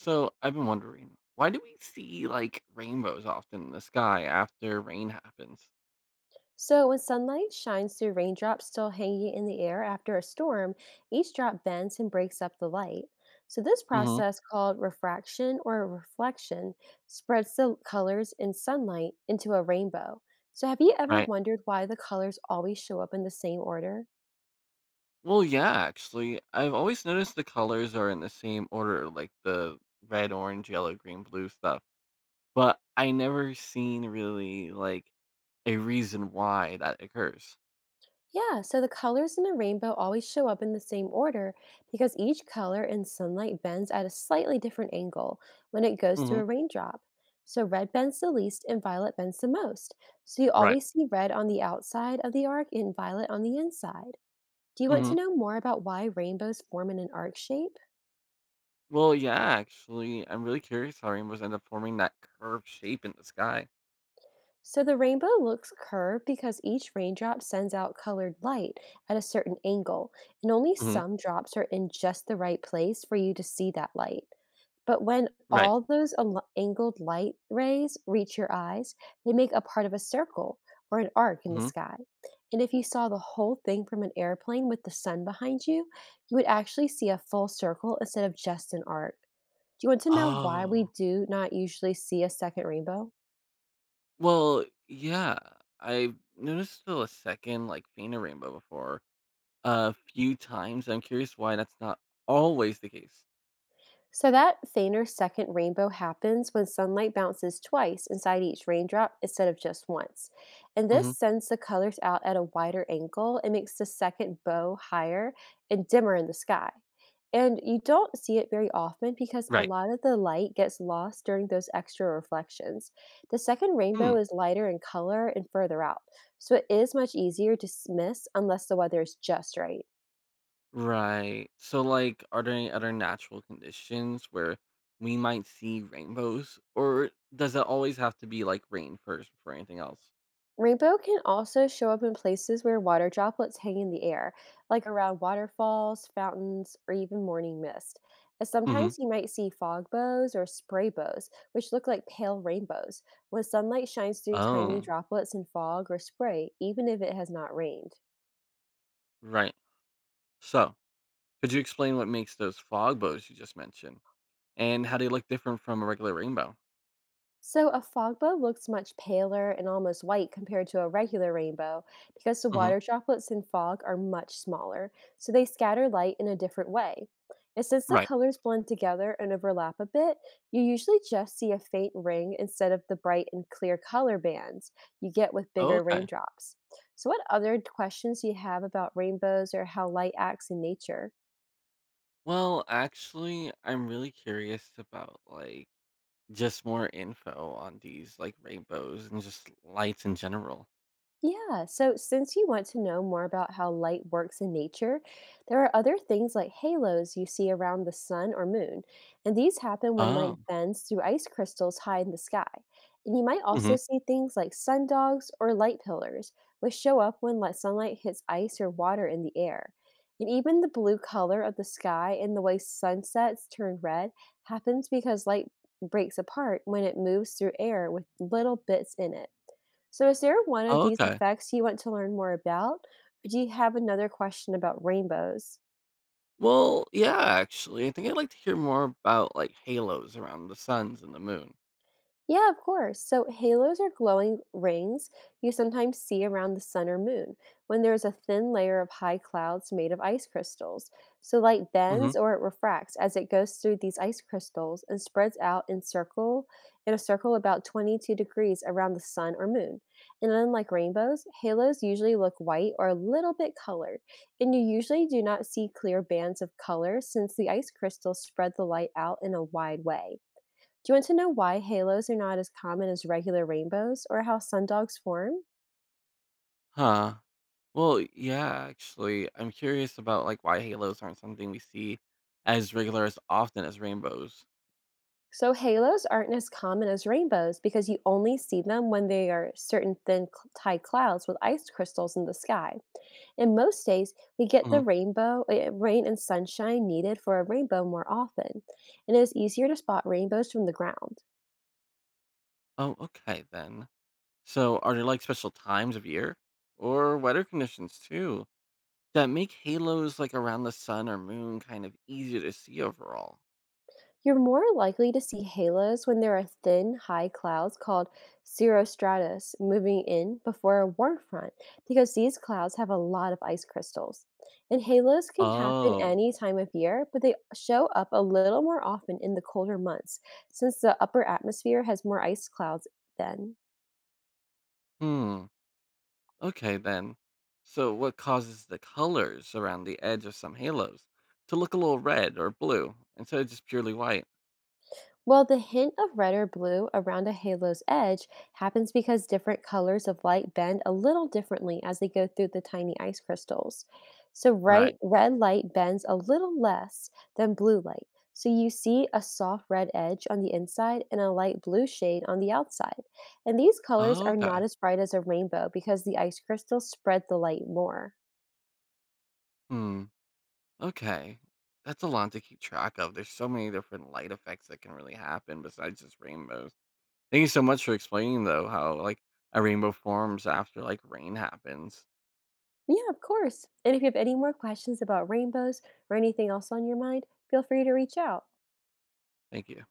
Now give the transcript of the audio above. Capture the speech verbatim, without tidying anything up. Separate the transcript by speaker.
Speaker 1: So I've been wondering, why do we see like rainbows often in the sky after rain happens?
Speaker 2: So, when sunlight shines through raindrops still hanging in the air after a storm, each drop bends and breaks up the light. So, this
Speaker 1: Hmm.
Speaker 2: process, called refraction or reflection, spreads the colors in sunlight into a rainbow. So, have you ever
Speaker 1: Right.
Speaker 2: wondered why the colors always show up in the same order?
Speaker 1: Well, yeah, actually, I've always noticed the colors are in the same order, like the red, orange, yellow, green, blue stuff. But I never seen really like a reason why that occurs.
Speaker 2: Yeah, so the colors in a rainbow always show up in the same order because each color in sunlight bends at a slightly different angle when it goes through
Speaker 1: Hmm.
Speaker 2: a raindrop. So red bends the least and violet bends the most. So you
Speaker 1: Right.
Speaker 2: always see red on the outside of the arc and violet on the inside. Do you want
Speaker 1: Hmm.
Speaker 2: to know more about why rainbows form in an arc shape?
Speaker 1: Well, yeah, actually, I'm really curious how rainbows end up forming that curved shape in the sky.
Speaker 2: So the rainbow looks curved because each raindrop sends out colored light at a certain angle, and only
Speaker 1: Hmm.
Speaker 2: some drops are in just the right place for you to see that light. But when
Speaker 1: Right.
Speaker 2: all those al- angled light rays reach your eyes, they make a part of a circle or an arc in the
Speaker 1: Hmm.
Speaker 2: sky. And if you saw the whole thing from an airplane with the sun behind you, you would actually see a full circle instead of just an arc. Do you want to know why we
Speaker 1: Oh.
Speaker 2: do not usually see a second rainbow?
Speaker 1: Well, yeah. I've noticed still a second, like, fainter rainbow before a few times. I'm curious why that's not always the case.
Speaker 2: So that fainter second rainbow happens when sunlight bounces twice inside each raindrop instead of just once. And this
Speaker 1: Hmm.
Speaker 2: sends the colors out at a wider angle and makes the second bow higher and dimmer in the sky. And you don't see it very often because a
Speaker 1: Right.
Speaker 2: lot of the light gets lost during those extra reflections. The second
Speaker 1: Hmm.
Speaker 2: rainbow is lighter in color and further out, so it is much easier to s- miss unless the weather is just right.
Speaker 1: Right. So, like, are there any other natural conditions where we might see rainbows, or does it always have to be like rain first before anything else?
Speaker 2: Rainbow can also show up in places where water droplets hang in the air, like around waterfalls, fountains, or even morning mist. And
Speaker 1: Hmm.
Speaker 2: sometimes you might see fog bows or spray bows, which look like pale rainbows, when sunlight shines through tiny
Speaker 1: Oh,
Speaker 2: droplets in fog or spray, even if it has not rained.
Speaker 1: right. So, could you explain what makes those fog bows you just mentioned, and how they look different from a regular rainbow?
Speaker 2: So, a fogbow looks much paler and almost white compared to a regular rainbow because the
Speaker 1: Hmm.
Speaker 2: water droplets in fog are much smaller, so they scatter light in a different way. And since the
Speaker 1: Right.
Speaker 2: colors blend together and overlap a bit, you usually just see a faint ring instead of the bright and clear color bands you get with
Speaker 1: Oh,
Speaker 2: bigger
Speaker 1: okay.
Speaker 2: raindrops. So, what other questions do you have about rainbows or how light acts in nature?
Speaker 1: Well, actually, I'm really curious about like just more info on these like rainbows and just lights in general.
Speaker 2: Yeah, so since you want to know more about how light works in nature, there are other things like halos you see around the sun or moon, and these happen when light
Speaker 1: Oh.
Speaker 2: bends through ice crystals high in the sky. And you might
Speaker 1: Hmm.
Speaker 2: also see things like sundogs or light pillars, which show up when light sunlight hits ice or water in the air. And even the blue color of the sky and the way sunsets turn red happens because light breaks apart when it moves through air with little bits in it. So, is there one of
Speaker 1: Oh,
Speaker 2: these
Speaker 1: okay.
Speaker 2: effects you want to learn more about? Or do you have another question about rainbows?
Speaker 1: Well, yeah, actually, I think I'd like to hear more about like halos around the suns and the moon.
Speaker 2: Yeah, of course. So halos are glowing rings you sometimes see around the sun or moon when there is a thin layer of high clouds made of ice crystals. So light
Speaker 1: Hmm.
Speaker 2: bends, or it refracts, as it goes through these ice crystals and spreads out in circle in a circle about twenty-two degrees around the sun or moon. And unlike rainbows, halos usually look white or a little bit colored, and you usually do not see clear bands of color since the ice crystals spread the light out in a wide way. Do you want to know why halos are not as common as regular rainbows or how sundogs form?
Speaker 1: Huh. Well, yeah, actually, I'm curious about like why halos aren't something we see as regular as often as rainbows.
Speaker 2: So, halos aren't as common as rainbows because you only see them when they are certain thin cl- tide clouds with ice crystals in the sky. And most days, we get the
Speaker 1: Hmm.
Speaker 2: rainbow, uh, rain, and sunshine needed for a rainbow more often. And it is easier to spot rainbows from the ground.
Speaker 1: Oh, okay then. So, are there like special times of year or weather conditions too that make halos like around the sun or moon kind of easier to see overall?
Speaker 2: You're more likely to see halos when there are thin, high clouds called cirrostratus moving in before a warm front, because these clouds have a lot of ice crystals. And halos can happen
Speaker 1: Oh,
Speaker 2: any time of year, but they show up a little more often in the colder months since the upper atmosphere has more ice clouds then.
Speaker 1: hmm. Okay, then. So, what causes the colors around the edge of some halos to look a little red or blue instead of just purely white?
Speaker 2: Well, the hint of red or blue around a halo's edge happens because different colors of light bend a little differently as they go through the tiny ice crystals. So, right,
Speaker 1: Right.
Speaker 2: red light bends a little less than blue light. So, you see a soft red edge on the inside and a light blue shade on the outside. And these colors
Speaker 1: Oh,
Speaker 2: are not
Speaker 1: okay.
Speaker 2: as bright as a rainbow because the ice crystals spread the light more.
Speaker 1: Hmm. Okay. That's a lot to keep track of. There's so many different light effects that can really happen besides just rainbows. Thank you so much for explaining though how like a rainbow forms after like rain happens.
Speaker 2: Yeah, of course. And if you have any more questions about rainbows or anything else on your mind, feel free to reach out.
Speaker 1: Thank you.